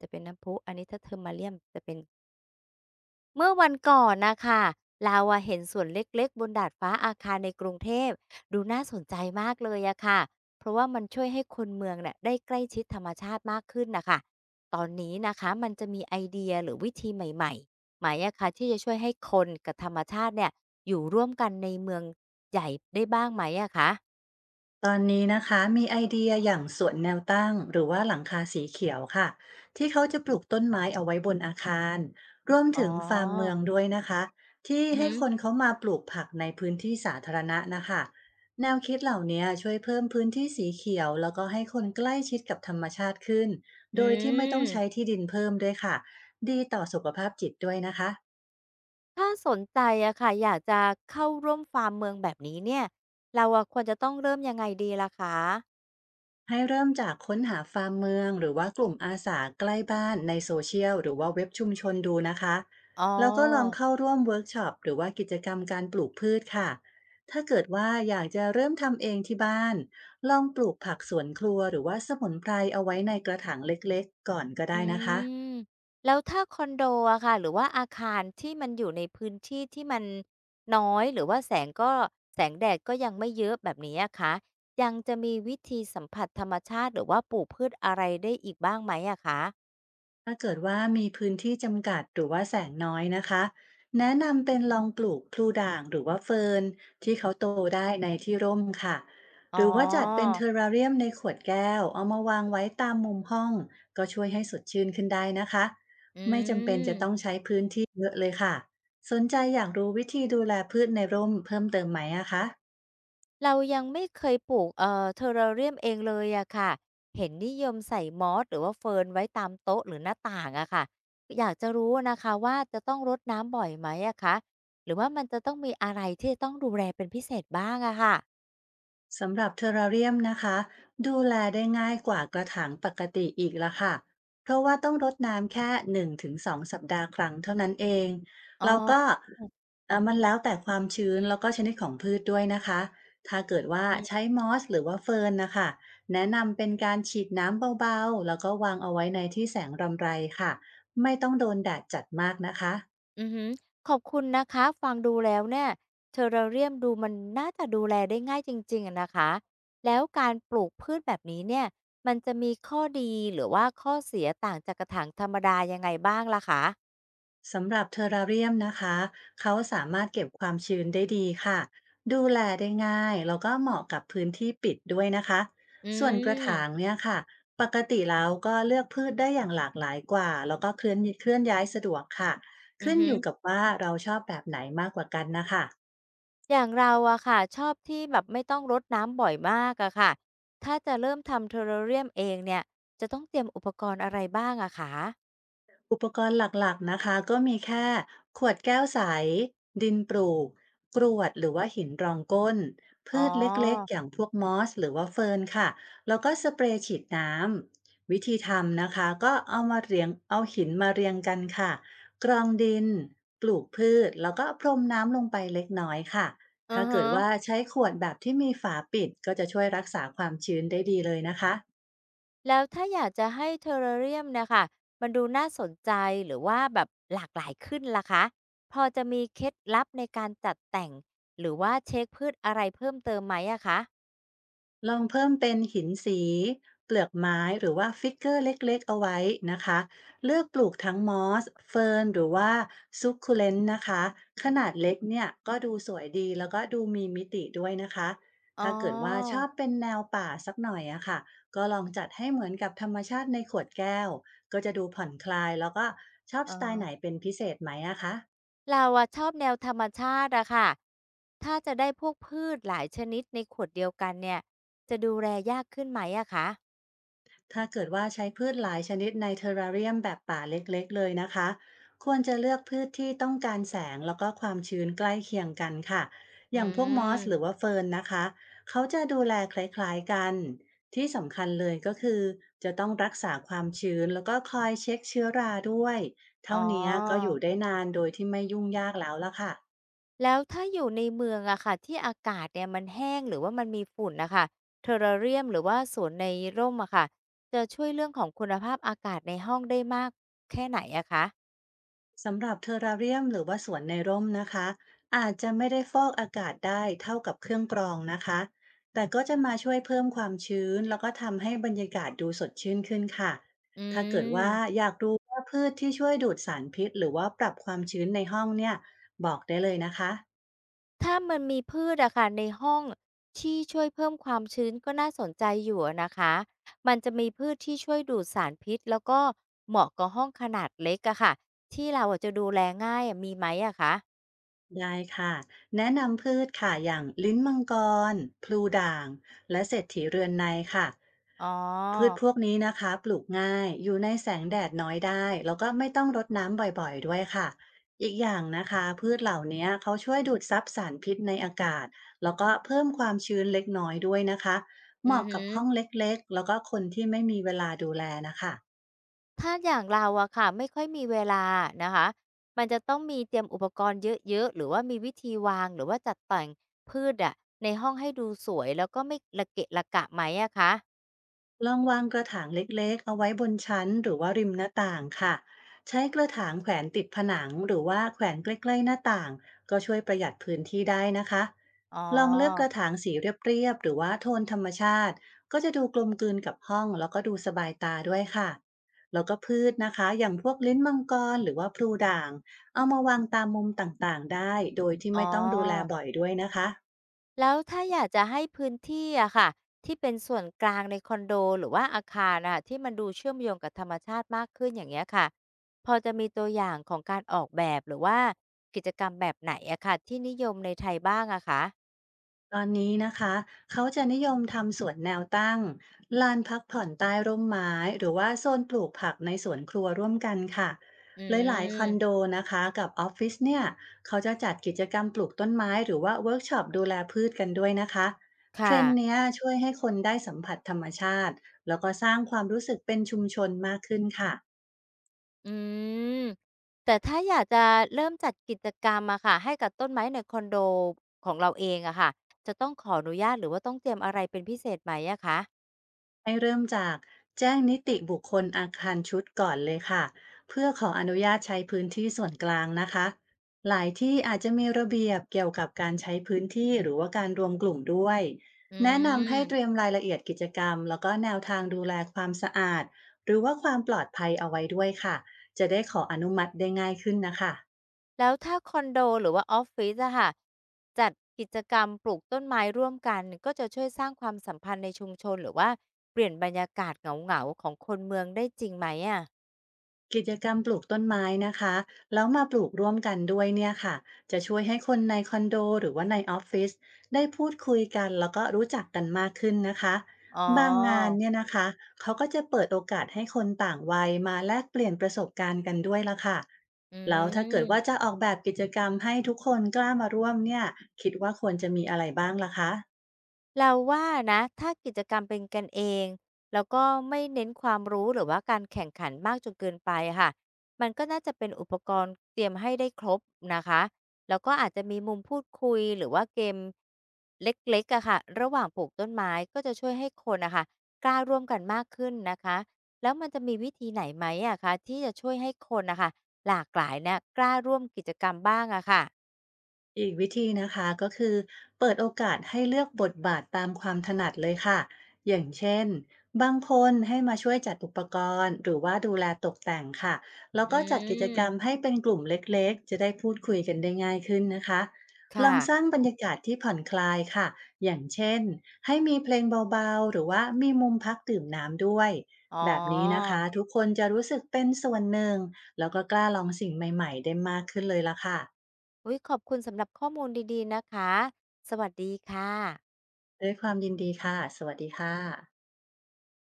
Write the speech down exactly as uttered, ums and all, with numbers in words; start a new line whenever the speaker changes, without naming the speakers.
จะเป็นน้ำพุอันนี้ถ้า ที เอช อี อาร์ เอ็ม เอ อาร์ ไอ ย เอ็ม จะเป็นเมื่อวันก่อนนะคะเราอะเห็นสวนเล็กๆบนดาดฟ้าอาคารในกรุงเทพดูน่าสนใจมากเลยอะค่ะเพราะว่ามันช่วยให้คนเมืองเนี่ยได้ใกล้ชิดธรรมชาติมากขึ้นนะคะตอนนี้นะคะมันจะมีไอเดียหรือวิธีใหม่ๆไหมอะคะที่จะช่วยให้คนกับธรรมชาติเนี่ยอยู่ร่วมกันในเมืองใหญ่ได้บ้างไหมอะคะ
ตอนนี้นะคะมีไอเดียอย่างสวนแนวตั้งหรือว่าหลังคาสีเขียวค่ะที่เขาจะปลูกต้นไม้เอาไว้บนอาคารรวม
อ๋
ถึงฟาร์มเมื
อ
องด้วยนะคะที่
อือ
ให้
ฮึ
คน
อ
เขามาปลูกผักในพื้นที่สาธารณะนะคะแนวคิดเหล่านี้ช่วยเพิ่มพื้นที่สีเขียวแล้วก็ให้คนใกล้ชิดกับธรรมชาติขึ้น
อื
โดยที่ไม่ต้องใช้
ม
ที่ดินเพิ่มด้วยค่ะดีต่อสุขภาพจิตด้วยนะคะ
ถ้าสนใจอะค่ะอยากจะเข้าร่วมฟาร์มเมืองแบบนี้เนี่ยเราอะควรจะต้องเริ่มยังไงดีล่ะคะ
ให้เริ่มจากค้นหาฟาร์มเมืองหรือว่ากลุ่มอาสาใกล้บ้านในโซเชียลหรือว่าเว็บชุมชนดูนะคะ
อ๋อ
แล้วก็ลองเข้าร่วมเวิร์กช็อปหรือว่ากิจกรรมการปลูกพืชค่ะถ้าเกิดว่าอยากจะเริ่มทำเองที่บ้านลองปลูกผักสวนครัวหรือว่าสมุนไพรเอาไว้ในกระถางเล็กๆก่อนก็ได้
อื
นะคะ
มแล้วถ้าคอนโดอะค่ะหรือว่าอาคารที่มันอยู่ในพื้นที่ที่มันน้อยหรือว่าแสงก็แสงแดดก็ยังไม่เยอะแบบนี้อะคะยังจะมีวิธีสัมผัสธรรมชาติหรือว่าปลูกพืชอะไรได้อีกบ้างไหมอะคะ
ถ้าเกิดว่ามีพื้นที่จำกัดหรือว่าแสงน้อยนะคะแนะนำเป็นลองปลูกพลูด่างหรือว่าเฟิร์นที่เขาโตได้ในที่ร่มค่ะ
อ๋อ
หรือว่าจัดเป็นเทอร์ราเรียมในขวดแก้วเอามาวางไว้ตามมุมห้องก็ช่วยให้สดชื่นขึ้นได้นะคะ
อืม
เยอะเลยค่ะสนใจอยากรู้วิธีดูแลพืชในร่มเพิ่มเติมไหมอะคะ
เรายังไม่เคยปลูกเอ่อเทอร์เรียมเองเลยอะค่ะเห็นนิยมใส่มอสหรือว่าเฟิร์นไว้ตามโต๊ะหรือหน้าต่างอะค่ะอยากจะรู้นะคะว่าจะต้องรดน้ำบ่อยไหมอะคะหรือว่ามันจะต้องมีอะไรที่จะต้องดูแลเป็นพิเศษบ้างอะค่ะ
สำหรับเทอราเรียมนะคะดูแลได้ง่ายกว่ากระถางปกติอีกละค่ะเพราะว่าต้องรดน้ำแค่หนึ่งถึงสองสองสัปดาห์ครั้งเท่านั้นเอง
อ๋อ
แล้วก็เอ่อมันแล้วแต่ความชื้นแล้วก็ชนิดของพืชด้วยนะคะถ้าเกิดว่าใช้มอสหรือว่าเฟิร์นนะคะแนะนำเป็นการฉีดน้ำเบาๆแล้วก็วางเอาไว้ในที่แสงรำไรค่ะไม่ต้องโดนแดดจัดมากนะคะ
อือหือขอบคุณนะคะฟังดูแล้วเนี่ยเทอร์เรียมดูมันน่าจะดูแลได้ง่ายจริงๆอะนะคะแล้วการปลูกพืชแบบนี้เนี่ยมันจะมีข้อดีหรือว่าข้อเสียต่างจากกระถางธรรมดายังไงบ้างล่ะคะ
สำหรับเทอราเรียมนะคะ เขาสามารถเก็บความชื้นได้ดีค่ะ ดูแลได้ง่ายแล้วก็เหมาะกับพื้นที่ปิดด้วยนะคะ
อื
ส่วนกระถาง
ม
เนี่ยค่ะ ปกติแล้วก็เลือกพืชได้อย่างหลากหลายกว่า แล้วก็เคลื่อนเคลื่อนย้ายสะดวกค่ะ
อือ
ขึ้น
ฮึ
อยู่กั
อ
บว่าเราชอบแบบไหนมากกว่ากันนะคะ
อย่างเราอะค่ะชอบที่แบบไม่ต้องรดน้ำบ่อยมากอะค่ะถ้าจะเริ่มทำเทอร์เรียมเองเนี่ยจะต้องเตรียมอุปกรณ์อะไรบ้างอะคะ
อุปกรณ์หลักๆนะคะก็มีแค่ขวดแก้วใสดินปลูกกรวดหรือว่าหินรองก้น
อ๋
พืชเล็ก
อ
ๆอย่างพวกมอสหรือว่าเฟิร์นค่ะแล้วก็สเปรย์ฉีดน้ำวิธีทำนะคะก็เอามาเรียงเอาหินมาเรียงกันค่ะกรองดินปลูกพืชแล้วก็พรมน้ำลงไปเล็กน้อยค่ะ
อ
ถ้า
อ
เกิ
ฮะ
ดว่าใช้ขวดแบบที่มีฝาปิดก็จะช่วยรักษาความชื้นได้ดีเลยนะคะ
แล้วถ้าอยากจะให้เทอร์เรียเนะค่ะมันดูน่าสนใจหรือว่าแบบหลากหลายขึ้นล่ะคะพอจะมีเคล็ดลับในการจัดแต่งหรือว่าเช็กพืชอะไรเพิ่มเติมไหมอะคะ
ลองเพิ่มเป็นหินสีเปลือกไม้หรือว่าฟิกเกอร์เล็กๆเอาไว้นะคะเลือกปลูกทั้งมอสเฟิร์นหรือว่าซุกคูเลนนะคะขนาดเล็กเนี่ยก็ดูสวยดีแล้วก็ดูมีมิติด้วยนะคะ
อ๋อ
ถ้าเกิดว่าชอบเป็นแนวป่าสักหน่อยอะค่ะก็ลองจัดให้เหมือนกับธรรมชาติในขวดแก้วก็จะดูผ่อนคลายแล้วก็ชอบ
อ
สไตล์ไหน
อ
เป็นพิเศษไหมอะคะ
เราอะชอบแนวธรรมชาติอะค่ะถ้าจะได้พวกพืชหลายชนิดในขวดเดียวกันเนี่ยจะดูแลยากขึ้นไหมอะคะ
ถ้าเกิดว่าใช้พืชหลายชนิดในเทอร์ราเรียมแบบป่าเล็กๆเลยนะคะ ควรจะเลือกพืชที่ต้องการแสงแล้วก็ความชื้นใกล้เคียงกันค่ะอ
อื
ย่างพวกมอสหรือ
ม
ว่าเฟิร์นนะคะ เขาจะดูแลคล้ายๆกัน ที่สำคัญเลยก็คือจะต้องรักษาความชื้นแล้วก็คอยเช็คเชื้อราด้วย
อ๋อ
เท่านี้ก็อยู่ได้นานโดยที่ไม่ยุ่งยากแล้วละค่ะ
แล้วถ้าอยู่ในเมืองอะค่ะที่อากาศเนี่ยมันแห้งหรือว่ามันมีฝุ่นนะค่ะ ที อี ร อาร์ เ อาร์ ไอ ยมหรือว่าสวนในร่มอะค่ะจะช่วยเรื่องของคุณภาพอากาศในห้องได้มากแค่ไหนอะคะ
สำหรับเทอร์ราเรียมหรือว่าสวนในร่มนะคะอาจจะไม่ได้ฟอกอากาศได้เท่ากับเครื่องกรองนะคะแต่ก็จะมาช่วยเพิ่มความชื้นแล้วก็ทำให้บรรยากาศดูสดชื่นขึ้นค่ะ
อื
ถ้าเกิดว่า
ม
อยากรู้ว่าพืชที่ช่วยดูดสารพิษหรือว่าปรับความชื้นในห้องเนี่ยบอกได้เลยนะคะ
ถ้ามันมีพืชอะค่ะในห้องที่ช่วยเพิ่มความชื้นก็น่าสนใจอยู่อะนะคะมันจะมีพืชที่ช่วยดูดสารพิษแล้วก็เหมาะกับห้องขนาดเล็กอะค่ะที่เราอะจะดูแลง่ายอะมีไหมอะคะ
ได้ค่ะแนะนำพืชค่ะอย่างลิ้นมังกรพลูด่างและเศรษฐีเรือนในค่ะ
อ๋
พืช
อ
พวกนี้นะคะปลูกง่ายอยู่ในแสงแดดน้อยได้แล้วก็ไม่ต้องรดน้ำบ่อยๆด้วยค่ะอีกอย่างนะคะพืชเหล่านี้เขาช่วยดูดซับสารพิษในอากาศแล้วก็เพิ่มความชื้นเล็กน้อยด้วยนะคะ
อื
เห
อ
มาะ
หื
กับ
อ
ห้องเล็กๆแล้วก็คนที่ไม่มีเวลาดูแลนะคะ
ถ้าอย่างเราอะค่ะไม่ค่อยมีเวลานะคะมันจะต้องมีเตรียมอุปกรณ์เยอะๆหรือว่ามีวิธีวางหรือว่าจัดแต่งพืชอะในห้องให้ดูสวยแล้วก็ไม่ระเกะระกะไหมอะคะ
ลองวางกระถางเล็กๆเอาไว้บนชั้นหรือว่าริมหน้าต่างค่ะใช้กระถางแขวนติดผนังหรือว่าแขวนใกล้ๆหน้าต่างก็ช่วยประหยัดพื้นที่ได้นะคะ
อ๋
ลองเลือกก
อ
ระถางสีเรียบๆหรือว่าโทนธรรมชาติก็จะดูกลมกลืนกับห้องแล้วก็ดูสบายตาด้วยค่ะ แล้วก็พืชนะคะอย่างพวกลิ้นมังกรหรือว่าพลูด่างเอามาวางตามมุมต่างๆได้โดยที่
อ๋
ไม่ต้องดูแล
อ
บ่อยด้วยนะคะ
แล้วถ้าอยากจะให้พื้นที่อะค่ะที่เป็นส่วนกลางในคอนโดหรือว่าอาคารอะที่มันดูเชื่อมโยงกับธรรมชาติมากขึ้นอย่างเงี้ยค่ะพอจะมีตัวอย่างของการออกแบบหรือว่ากิจกรรมแบบไหนอะค่ะที่นิยมในไทยบ้างอะคะ
ตอนนี้นะคะเขาจะนิยมทำสวนแนวตั้งลานพักผ่อนใต้ร่มไม้หรือว่าโซนปลูกผักในสวนครัวร่วมกันค่ะ
อื
หลายๆคอนโด
ม
นะคะกับออฟฟิศเนี่ยเขาจะจัดกิจกรรมปลูกต้นไม้หรือว่าเวิร์กช็อปดูแลพืชกันด้วยนะคะเทร
ค่ะ
นด์เนี้ยช่วยให้คนได้สัมผัสธรรมชาติแล้วก็สร้างความรู้สึกเป็นชุมชนมากขึ้นค่ะ
อืมแต่ถ้าอยากจะเริ่มจัดกิจกรรมอะค่ะให้กับต้นไม้ในคอนโดของเราเองอะค่ะจะต้องขออนุญาตหรือว่าต้องเตรียมอะไรเป็นพิเศษไหมอะคะ
ให้เริ่มจากแจ้งนิติบุคคลอาคารชุดก่อนเลยค่ะเพื่อขออนุญาตใช้พื้นที่ส่วนกลางนะคะหลายที่อาจจะมีระเบียบเกี่ยวกับการใช้พื้นที่หรือว่าการรวมกลุ่มด้วย
อื
แนะนำให้เตรี
ม
ยมรายละเอียดกิจกรรมแล้วก็แนวทางดูแลความสะอาดหรือว่าความปลอดภัยเอาไว้ด้วยค่ะจะได้ขออนุมัติได้ง่ายขึ้นนะคะ
แล้วถ้าคอนโดหรือว่าออฟฟิศอะค่ะจัดกิจกรรมปลูกต้นไม้ร่วมกันก็จะช่วยสร้างความสัมพันธ์ในชุมชนหรือว่าเปลี่ยนบรรยากาศเหงาๆของคนเมืองได้จริงไหมอะ
กิจกรรมปลูกต้นไม้นะคะแล้วมาปลูกร่วมกันด้วยเนี่ยค่ะจะช่วยให้คนในคอนโดหรือว่าในออฟฟิศได้พูดคุยกันแล้วก็รู้จักกันมากขึ้นนะคะ
อ๋อ
บางงานเนี่ยนะคะเขาก็จะเปิดโอกาสให้คนต่างวัยมาแลกเปลี่ยนประสบการณ์กันด้วยละค่ะ
อื
แล้วถ้าเกิดว่า
ม
จะออกแบบกิจกรรมให้ทุกคนกล้ามาร่วมเนี่ยคิดว่าควรจะมีอะไรบ้างล่ะคะ
เราว่านะถ้ากิจกรรมเป็นกันเองแล้วก็ไม่เน้นความรู้หรือว่าการแข่งขันมากจนเกินไปอะค่ะมันก็น่าจะเป็นอุปกรณ์เตรียมให้ได้ครบนะคะแล้วก็อาจจะมีมุมพูดคุยหรือว่าเกมเล็กๆอะค่ะระหว่างปลูกต้นไม้ก็จะช่วยให้คนอะค่ะกล้าร่วมกันมากขึ้นนะคะแล้วมันจะมีวิธีไหนไหมอะคะที่จะช่วยให้คนนะคะหลากหลายเนี่ยกล้าร่วมกิจกรรมบ้างอะค่ะ
อีกวิธีนะคะก็คือเปิดโอกาสให้เลือกบทบาทตามความถนัดเลยค่ะอย่างเช่นบางคนให้มาช่วยจัดอุปกรณ์หรือว่าดูแลตกแต่งค่ะแล้ว
อื
ก็จัดกิจกรรม
ม
ให้เป็นกลุ่มเล็กๆจะได้พูดคุยกันได้ง่ายขึ้นนะคะล
ค่ะ
องสร้างบรรยากาศที่ผ่อนคลายค่ะอย่างเช่นให้มีเพลงเบาๆหรือว่ามีมุมพักดื่มน้ำด้วย
อ๋อ
แบบนี้นะคะทุกคนจะรู้สึกเป็นส่วนหนึ่งแล้วก็กล้าลองสิ่งใหม่ๆได้มากขึ้นเลยละค่ะ
อุ๊ยขอบคุณสำหรับข้อมูลดีๆนะคะ สวัสดีค่ะ
ด้วยความยินดีค่ะ สวัสดีค่ะ